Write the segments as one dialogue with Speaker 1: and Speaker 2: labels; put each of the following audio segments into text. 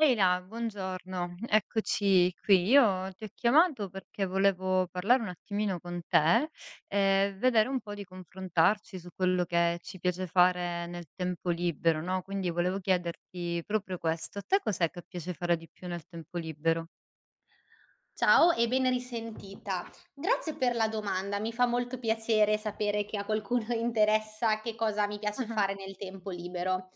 Speaker 1: Leila, buongiorno, eccoci qui. Io ti ho chiamato perché volevo parlare un attimino con te e vedere un po' di confrontarci su quello che ci piace fare nel tempo libero, no? Quindi volevo chiederti proprio questo, a te cos'è che piace fare di più nel tempo libero?
Speaker 2: Ciao e ben risentita. Grazie per la domanda, mi fa molto piacere sapere che a qualcuno interessa che cosa mi piace
Speaker 1: Ah-ah.
Speaker 2: fare nel tempo libero.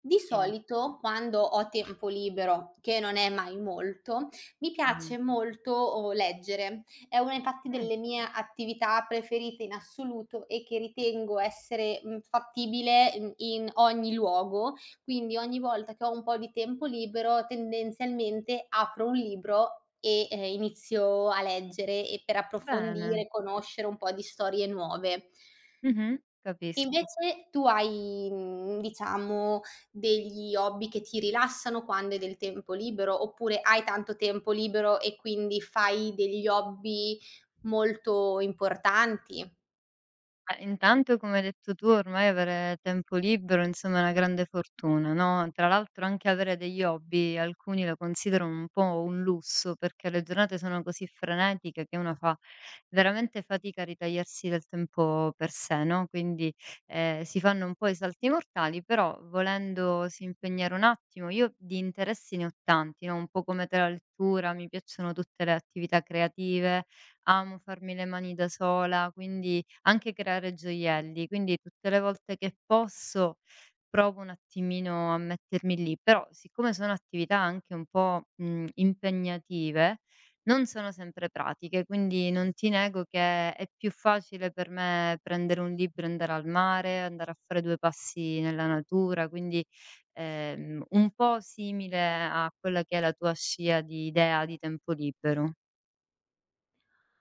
Speaker 2: Di
Speaker 1: Dimmi.
Speaker 2: solito, quando ho tempo libero, che non è mai molto, mi
Speaker 1: Mh.
Speaker 2: piace molto leggere. È una infatti
Speaker 1: Mh,
Speaker 2: delle mie attività preferite in assoluto e che ritengo essere fattibile in ogni luogo, quindi ogni volta che ho un po' di tempo libero tendenzialmente apro un libro e, inizio a leggere e per
Speaker 1: bene.
Speaker 2: approfondire, conoscere un po' di storie nuove.
Speaker 1: Mh-mh, capisco.
Speaker 2: Invece tu hai, diciamo, degli hobby che ti rilassano quando hai del tempo libero, oppure hai tanto tempo libero e quindi fai degli hobby molto importanti?
Speaker 1: Intanto come hai detto tu ormai avere tempo libero insomma è una grande fortuna, no, tra l'altro anche avere degli hobby alcuni lo considerano un po' un lusso, perché le giornate sono così frenetiche che uno fa veramente fatica a ritagliarsi del tempo per sé, no, quindi, si fanno un po' i salti mortali, però volendosi impegnare un attimo io di interessi ne ho tanti, no, un po' come te la lettura, mi piacciono tutte le attività creative, amo farmi le mani da sola, quindi anche creare gioielli, quindi tutte le volte che posso provo un attimino a mettermi lì, però siccome sono attività anche un po', impegnative, non sono sempre pratiche, quindi non ti nego che è più facile per me prendere un libro e andare al mare, andare a fare 2 passi nella natura, quindi, un po' simile a quella che è la tua scia di idea di tempo libero.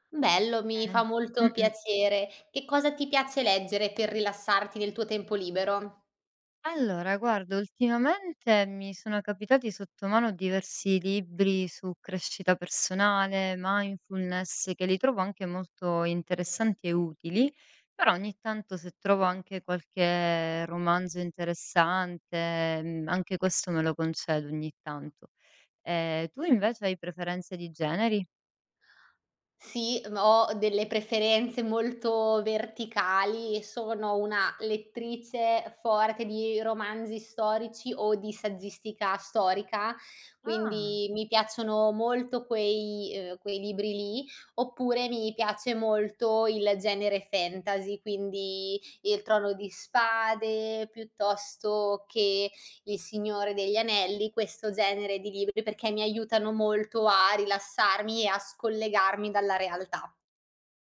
Speaker 2: Bello, mi
Speaker 1: Eh.
Speaker 2: fa molto
Speaker 1: Mh-mh.
Speaker 2: piacere. Che cosa ti piace leggere per rilassarti nel tuo tempo libero?
Speaker 1: Allora, guarda, ultimamente mi sono capitati sotto mano diversi libri su crescita personale, mindfulness, che li trovo anche molto interessanti e utili, però ogni tanto se trovo anche qualche romanzo interessante, anche questo me lo concedo ogni tanto. Tu invece hai preferenze di generi?
Speaker 2: Sì, ho delle preferenze molto verticali e sono una lettrice forte di romanzi storici o di saggistica storica,
Speaker 1: Ah.
Speaker 2: quindi mi piacciono molto quei quei libri lì, oppure mi piace molto il genere fantasy, quindi Il Trono di Spade piuttosto che il Signore degli Anelli, questo genere di libri, perché mi aiutano molto a rilassarmi e a scollegarmi dalla realtà.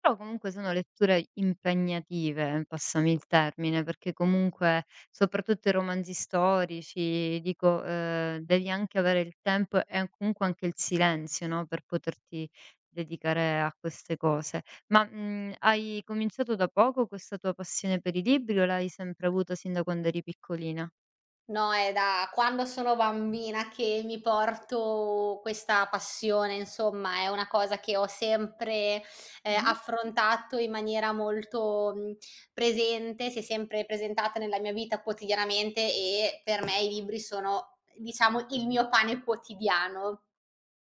Speaker 1: Però comunque sono letture impegnative, passami il termine, perché comunque soprattutto i romanzi storici, dico, devi anche avere il tempo e an comunque anche il silenzio, no, per poterti dedicare a queste cose. Ma, hai cominciato da poco questa tua passione per i libri o l'hai sempre avuta sin da quando eri piccolina?
Speaker 2: No, è da quando sono bambina che mi porto questa passione, insomma, è una cosa che ho sempre,
Speaker 1: Mh-mh.
Speaker 2: affrontato in maniera molto, presente, si è sempre presentata nella mia vita quotidianamente e per me i libri sono, diciamo, il mio pane quotidiano.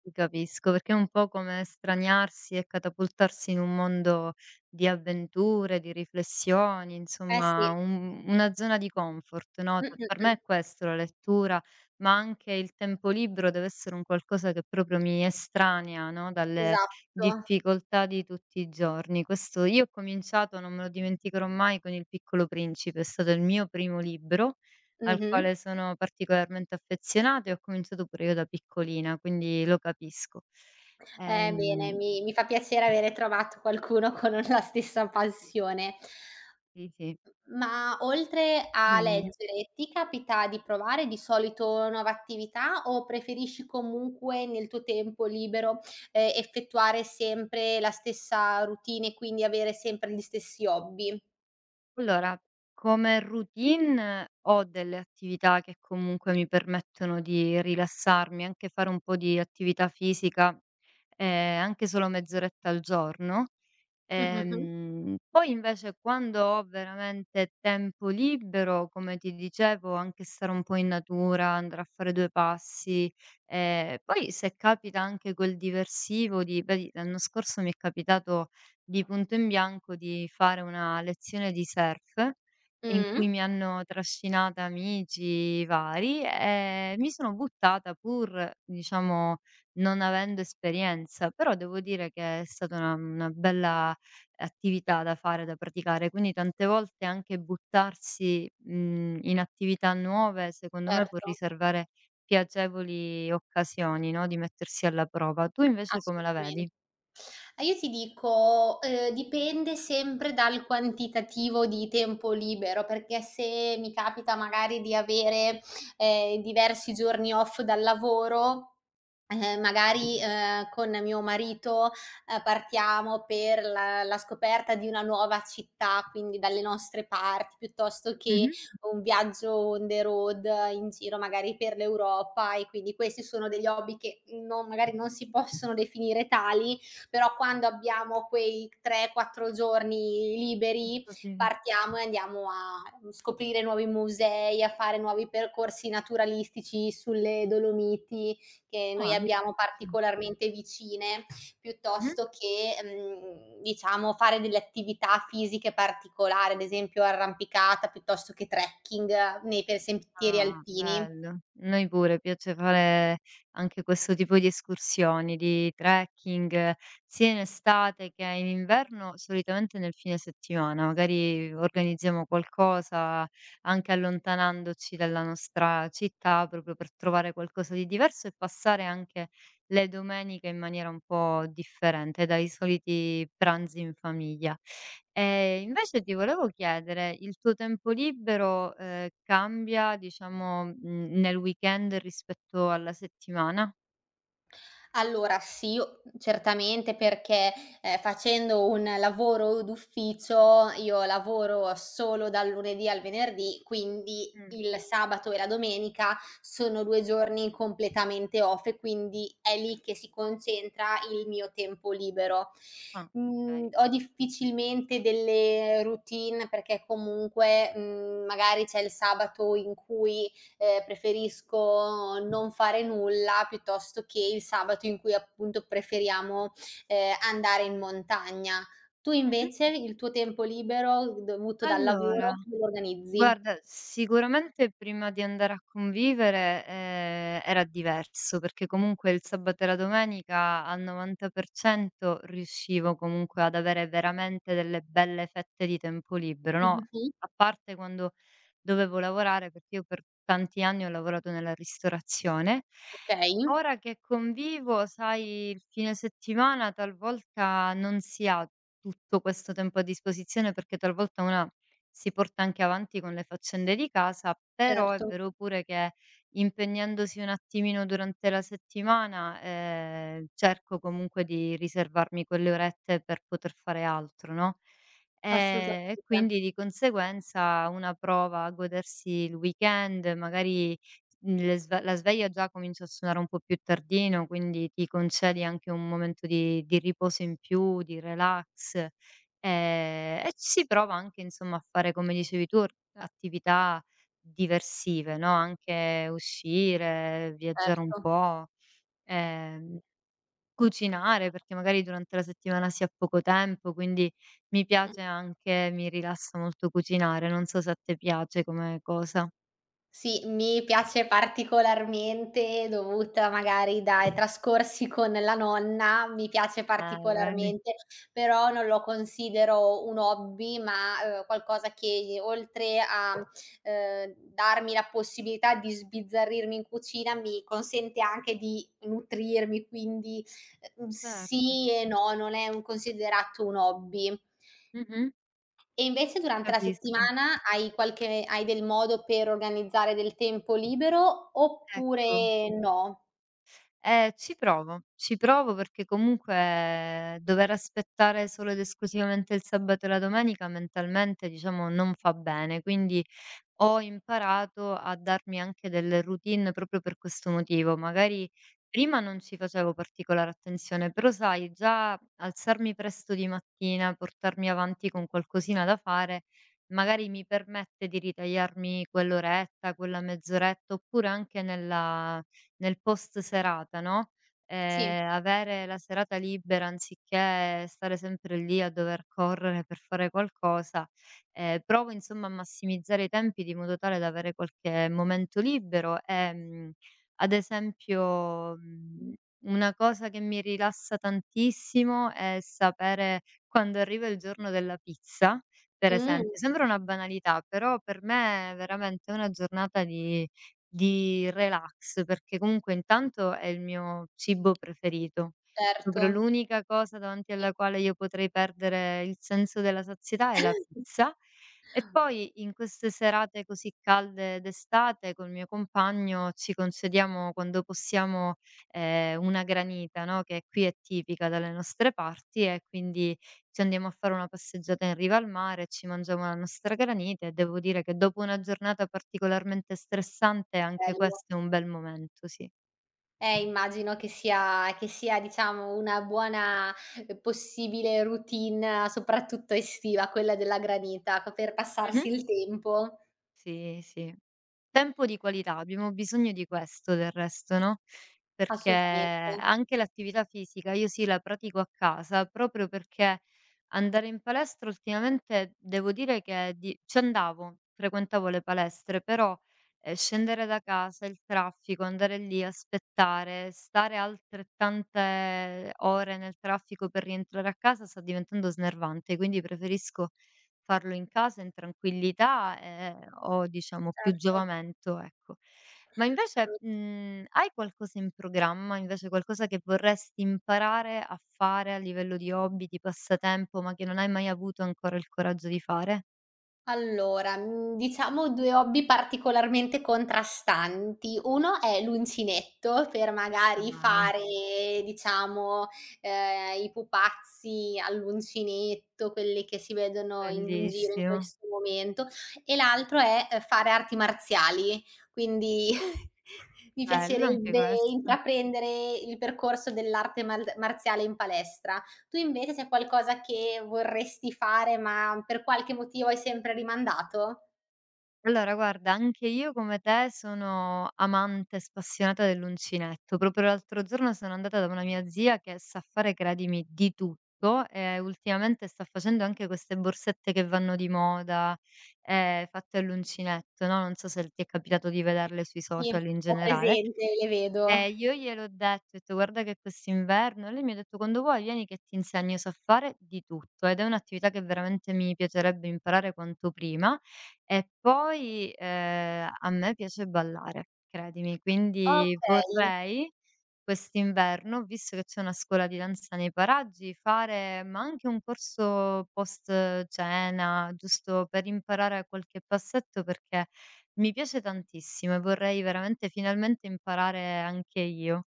Speaker 1: Ti capisco, perché è un po' come straniarsi e catapultarsi in un mondo di avventure, di riflessioni,
Speaker 2: Eh sì.
Speaker 1: insomma un una zona di comfort, no,
Speaker 2: Mh,
Speaker 1: t
Speaker 2: mh,
Speaker 1: per me
Speaker 2: mh.
Speaker 1: è questo la lettura, ma anche il tempo libero deve essere un qualcosa che proprio mi estranea, no, dalle
Speaker 2: Esatto.
Speaker 1: difficoltà di tutti i giorni. Questo io ho cominciato, non me lo dimenticherò mai, con Il Piccolo Principe, è stato il mio primo libro al
Speaker 2: Mh-mh.
Speaker 1: quale sono particolarmente affezionata e ho cominciato pure io da piccolina, quindi lo capisco.
Speaker 2: Bene,
Speaker 1: Ehm
Speaker 2: mi fa piacere avere trovato qualcuno con la stessa passione.
Speaker 1: sì, sì,
Speaker 2: Ma oltre a
Speaker 1: dimmi.
Speaker 2: leggere, ti capita di provare di solito nuove attività o preferisci comunque nel tuo tempo libero, effettuare sempre la stessa routine e quindi avere sempre gli stessi hobby?
Speaker 1: Allora, come routine ho delle attività che comunque mi permettono di rilassarmi, anche fare un po' di attività fisica, anche solo mezz'oretta al giorno.
Speaker 2: Mh-mh-mh.
Speaker 1: Poi invece quando ho veramente tempo libero, come ti dicevo, anche stare un po' in natura, andare a fare 2 passi, poi se capita anche quel diversivo di vedi l'anno scorso mi è capitato di punto in bianco di fare una lezione di surf, in
Speaker 2: Mh.
Speaker 1: cui mi hanno trascinata amici vari e mi sono buttata pur, diciamo, non avendo esperienza, però devo dire che è stata una bella attività da fare, da praticare. Quindi tante volte anche buttarsi, in attività nuove, secondo me può
Speaker 2: Certo,
Speaker 1: riservare piacevoli occasioni, no, di mettersi alla prova. Tu invece come la
Speaker 2: assolutamen
Speaker 1: vedi?
Speaker 2: ah, io ti dico, dipende sempre dal quantitativo di tempo libero, perché se mi capita magari di avere, diversi giorni off dal lavoro, magari, con mio marito, partiamo per la scoperta di una nuova città, quindi dalle nostre parti, piuttosto che
Speaker 1: Mh-mh.
Speaker 2: un viaggio on the road, in giro magari per l'Europa, e quindi questi sono degli hobby che non si possono definire tali, però quando abbiamo quei 3, 4 giorni
Speaker 1: Ho
Speaker 2: liberi
Speaker 1: capito.
Speaker 2: partiamo e andiamo a scoprire nuovi musei, a fare nuovi percorsi naturalistici sulle Dolomiti che noi
Speaker 1: Ah, mi
Speaker 2: abbiamo
Speaker 1: piace.
Speaker 2: particolarmente vicine,
Speaker 1: Mh-mh.
Speaker 2: piuttosto che, diciamo, fare delle attività fisiche particolari, ad esempio arrampicata piuttosto che trekking nei per sentieri
Speaker 1: Ah,
Speaker 2: alpini.
Speaker 1: bello. Noi pure piace fare anche questo tipo di escursioni, di trekking, sia in estate che in inverno, solitamente nel fine settimana. Magari organizziamo qualcosa anche allontanandoci dalla nostra città, proprio per trovare qualcosa di diverso e passare anche le domeniche in maniera un po' differente dai soliti pranzi in famiglia. Invece ti volevo chiedere, il tuo tempo libero, cambia diciamo, nel weekend rispetto alla settimana?
Speaker 2: Allora sì, o certamente perché, facendo un lavoro d'ufficio, io lavoro solo dal lunedì al venerdì, quindi
Speaker 1: Mh.
Speaker 2: il sabato e la domenica sono 2 giorni completamente off e quindi è lì che si concentra il mio tempo libero.
Speaker 1: Ah,
Speaker 2: Mhmm,
Speaker 1: okay.
Speaker 2: ho difficilmente delle routine perché comunque, magari c'è il sabato in cui preferisco non fare nulla piuttosto che il sabato in cui appunto preferiamo, andare in montagna. Tu
Speaker 1: Mh-mh.
Speaker 2: invece il tuo tempo libero dovuto dal
Speaker 1: Allora
Speaker 2: lavoro come lo organizzi?
Speaker 1: Guarda, sicuramente prima di andare a convivere, era diverso, perché comunque il sabato e la domenica al 90% riuscivo comunque ad avere veramente delle belle fette di tempo libero, no,
Speaker 2: Mh-mh-mh.
Speaker 1: a parte quando dovevo lavorare, perché io per tanti anni ho lavorato nella ristorazione.
Speaker 2: Okay,
Speaker 1: Ora che convivo, sai, il fine settimana talvolta non si ha tutto questo tempo a disposizione, perché talvolta una si porta anche avanti con le faccende di casa, però è
Speaker 2: certo,
Speaker 1: vero pure che impegnandosi un attimino durante la settimana, cerco comunque di riservarmi quelle orette per poter fare altro, no,
Speaker 2: assolutamente,
Speaker 1: e quindi di conseguenza una prova a godersi il weekend, magari le sve la sveglia già comincia a suonare un po' più tardino, quindi ti concedi anche un momento di riposo in più, di relax. E ci si prova anche insomma a fare, come dicevi tu, or attività diversive, no, anche uscire, viaggiare un
Speaker 2: certo.
Speaker 1: po', ehm, cucinare, perché magari durante la settimana si ha poco tempo, quindi mi piace anche mi rilassa molto cucinare. Non so se a te piace come cosa.
Speaker 2: Sì, mi piace particolarmente dovuta magari dai trascorsi con la nonna, mi piace
Speaker 1: Vedi?
Speaker 2: particolarmente, però non lo considero un hobby, ma, qualcosa che oltre a, darmi la possibilità di sbizzarrirmi in cucina, mi consente anche di nutrirmi, quindi,
Speaker 1: Certo.
Speaker 2: sì e no, non è un considerato un hobby.
Speaker 1: Mh-mh.
Speaker 2: E invece durante la
Speaker 1: Capisco.
Speaker 2: settimana hai del modo per organizzare del tempo libero
Speaker 1: Ecco.
Speaker 2: oppure no?
Speaker 1: Ci provo perché comunque dover aspettare solo ed esclusivamente il sabato e la domenica mentalmente, diciamo, non fa bene. Quindi ho imparato a darmi anche delle routine proprio per questo motivo. Magari prima non ci facevo particolare attenzione, però sai, già alzarmi presto di mattina, portarmi avanti con qualcosina da fare, magari mi permette di ritagliarmi quell'oretta, quella mezz'oretta, oppure anche nel post serata, no,
Speaker 2: Sì.
Speaker 1: avere la serata libera anziché stare sempre lì a dover correre per fare qualcosa, provo insomma a massimizzare i tempi di modo tale da avere qualche momento libero e, ad esempio, una cosa che mi rilassa tantissimo è sapere quando arriva il giorno della pizza, per
Speaker 2: Mh,
Speaker 1: esempio. Sembra una banalità, però per me veramente è veramente una giornata di relax, perché comunque intanto è il mio cibo preferito.
Speaker 2: certo.
Speaker 1: Proprio l'unica cosa davanti
Speaker 2: Sì.
Speaker 1: alla quale io potrei perdere il senso della sazietà è la pizza. E poi in queste serate così calde d'estate col mio compagno ci concediamo quando possiamo, una granita, no, che qui è tipica dalle nostre parti e quindi ci andiamo a fare una passeggiata in riva al mare, ci mangiamo la nostra granita e devo dire che dopo una giornata particolarmente stressante anche
Speaker 2: Bello.
Speaker 1: questo è un bel momento, sì.
Speaker 2: Immagino che sia diciamo una buona, possibile routine soprattutto estiva quella della granita, co per
Speaker 1: Mh-mh.
Speaker 2: passarsi il tempo.
Speaker 1: Sì, sì. Tempo di qualità, abbiamo bisogno di questo del resto, no, perché
Speaker 2: Assolutamente,
Speaker 1: anche l'attività fisica io sì, la pratico a casa, proprio perché andare in palestra ultimamente devo dire che di ci andavo, frequentavo le palestre, però, scendere da casa, il traffico, andare lì, aspettare, stare altrettante ore nel traffico per rientrare a casa sta diventando snervante, quindi preferisco farlo in casa in tranquillità, ho diciamo più
Speaker 2: certo.
Speaker 1: giovamento, ecco. Ma invece, hai qualcosa in programma, invece qualcosa che vorresti imparare a fare a livello di hobby, di passatempo, ma che non hai mai avuto ancora il coraggio di fare?
Speaker 2: Allora, diciamo, 2 hobby particolarmente contrastanti. Uno è l'uncinetto per magari
Speaker 1: Dai,
Speaker 2: fare, diciamo, i pupazzi all'uncinetto, quelli che si vedono in giro in
Speaker 1: bellissimo.
Speaker 2: questo momento, e l'altro è, fare arti marziali. Quindi mi
Speaker 1: Bello anche
Speaker 2: piacerebbe
Speaker 1: questo.
Speaker 2: intraprendere il percorso dell'arte mal marziale in palestra. Tu invece c'è qualcosa che vorresti fare, ma per qualche motivo hai sempre rimandato?
Speaker 1: Allora guarda, anche io come te sono amante spassionata dell'uncinetto. Proprio l'altro giorno sono andata da una mia zia che sa fare, credimi, di tutto e ultimamente sta facendo anche queste borsette che vanno di moda, fatte all'uncinetto, no? Non so se ti è capitato di vederle sui
Speaker 2: Sì,
Speaker 1: social in
Speaker 2: ho
Speaker 1: generale.
Speaker 2: presente, le vedo.
Speaker 1: Io gliel'ho detto, ho detto: "Guarda che quest'inverno" lei mi ha detto: "Quando vuoi vieni che ti insegno, io so fare di tutto" ed è un'attività che veramente mi piacerebbe imparare quanto prima. E poi, a me piace ballare, credimi, quindi
Speaker 2: Okay,
Speaker 1: vorrei quest'inverno, visto che c'è una scuola di danza nei paraggi, fare ma anche un corso post cena, giusto per imparare qualche passetto, perché mi piace tantissimo e vorrei veramente finalmente imparare anche io.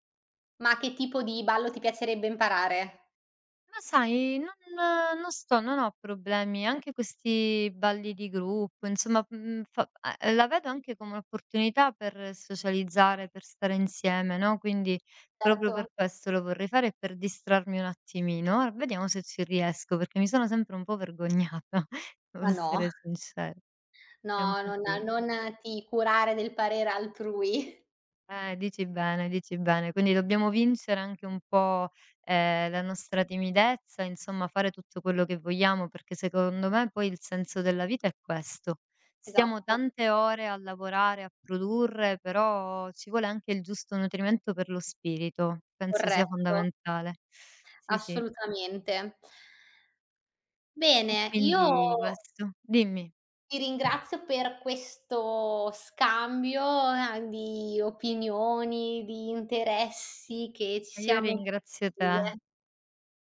Speaker 2: ma che tipo di ballo ti piacerebbe imparare?
Speaker 1: Ma sai, non ho problemi, anche questi balli di gruppo, insomma, mhmm, fa la vedo anche come un'opportunità per socializzare, per stare insieme, no, quindi proprio
Speaker 2: Certo.
Speaker 1: per questo lo vorrei fare e per distrarmi un attimino. Ora, vediamo se ci riesco, perché mi sono sempre un po' vergognata, devo
Speaker 2: Ma no,
Speaker 1: essere sincera. È un
Speaker 2: no,
Speaker 1: pochino.
Speaker 2: non ti curare del parere altrui.
Speaker 1: Dici bene, dici bene. Quindi dobbiamo vincere anche un po', la nostra timidezza, insomma fare tutto quello che vogliamo, perché secondo me poi il senso della vita è questo. Stiamo
Speaker 2: Esatto,
Speaker 1: tante ore a lavorare, a produrre, però ci vuole anche il giusto nutrimento per lo spirito, penso sia
Speaker 2: corretto,
Speaker 1: fondamentale. Sì, sì.
Speaker 2: assolutamente.
Speaker 1: E
Speaker 2: Bene, io
Speaker 1: quindi questo dimmi.
Speaker 2: ti ringrazio per questo scambio, a di opinioni, di interessi che ci
Speaker 1: E io
Speaker 2: siamo
Speaker 1: ringrazio te.
Speaker 2: condivise.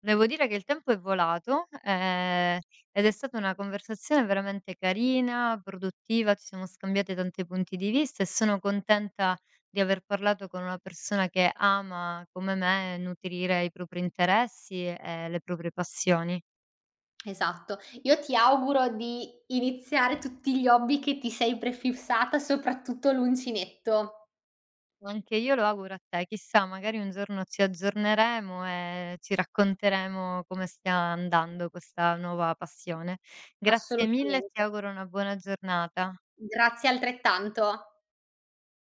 Speaker 1: Devo dire che il tempo è volato, ed è stata una conversazione veramente carina, produttiva, ci siamo scambiate tanti punti di vista e sono contenta di aver parlato con una persona che ama, come me, nutrire i propri interessi e le proprie passioni.
Speaker 2: Esatto. Io ti auguro di iniziare tutti gli hobby che ti sei prefissata, soprattutto l'uncinetto.
Speaker 1: Anche io lo auguro a te. Chissà, magari un giorno ci aggiorneremo e ci racconteremo come stia andando questa nuova passione. Grazie mille e
Speaker 2: Assolutamente.
Speaker 1: ti auguro una buona giornata.
Speaker 2: Grazie altrettanto.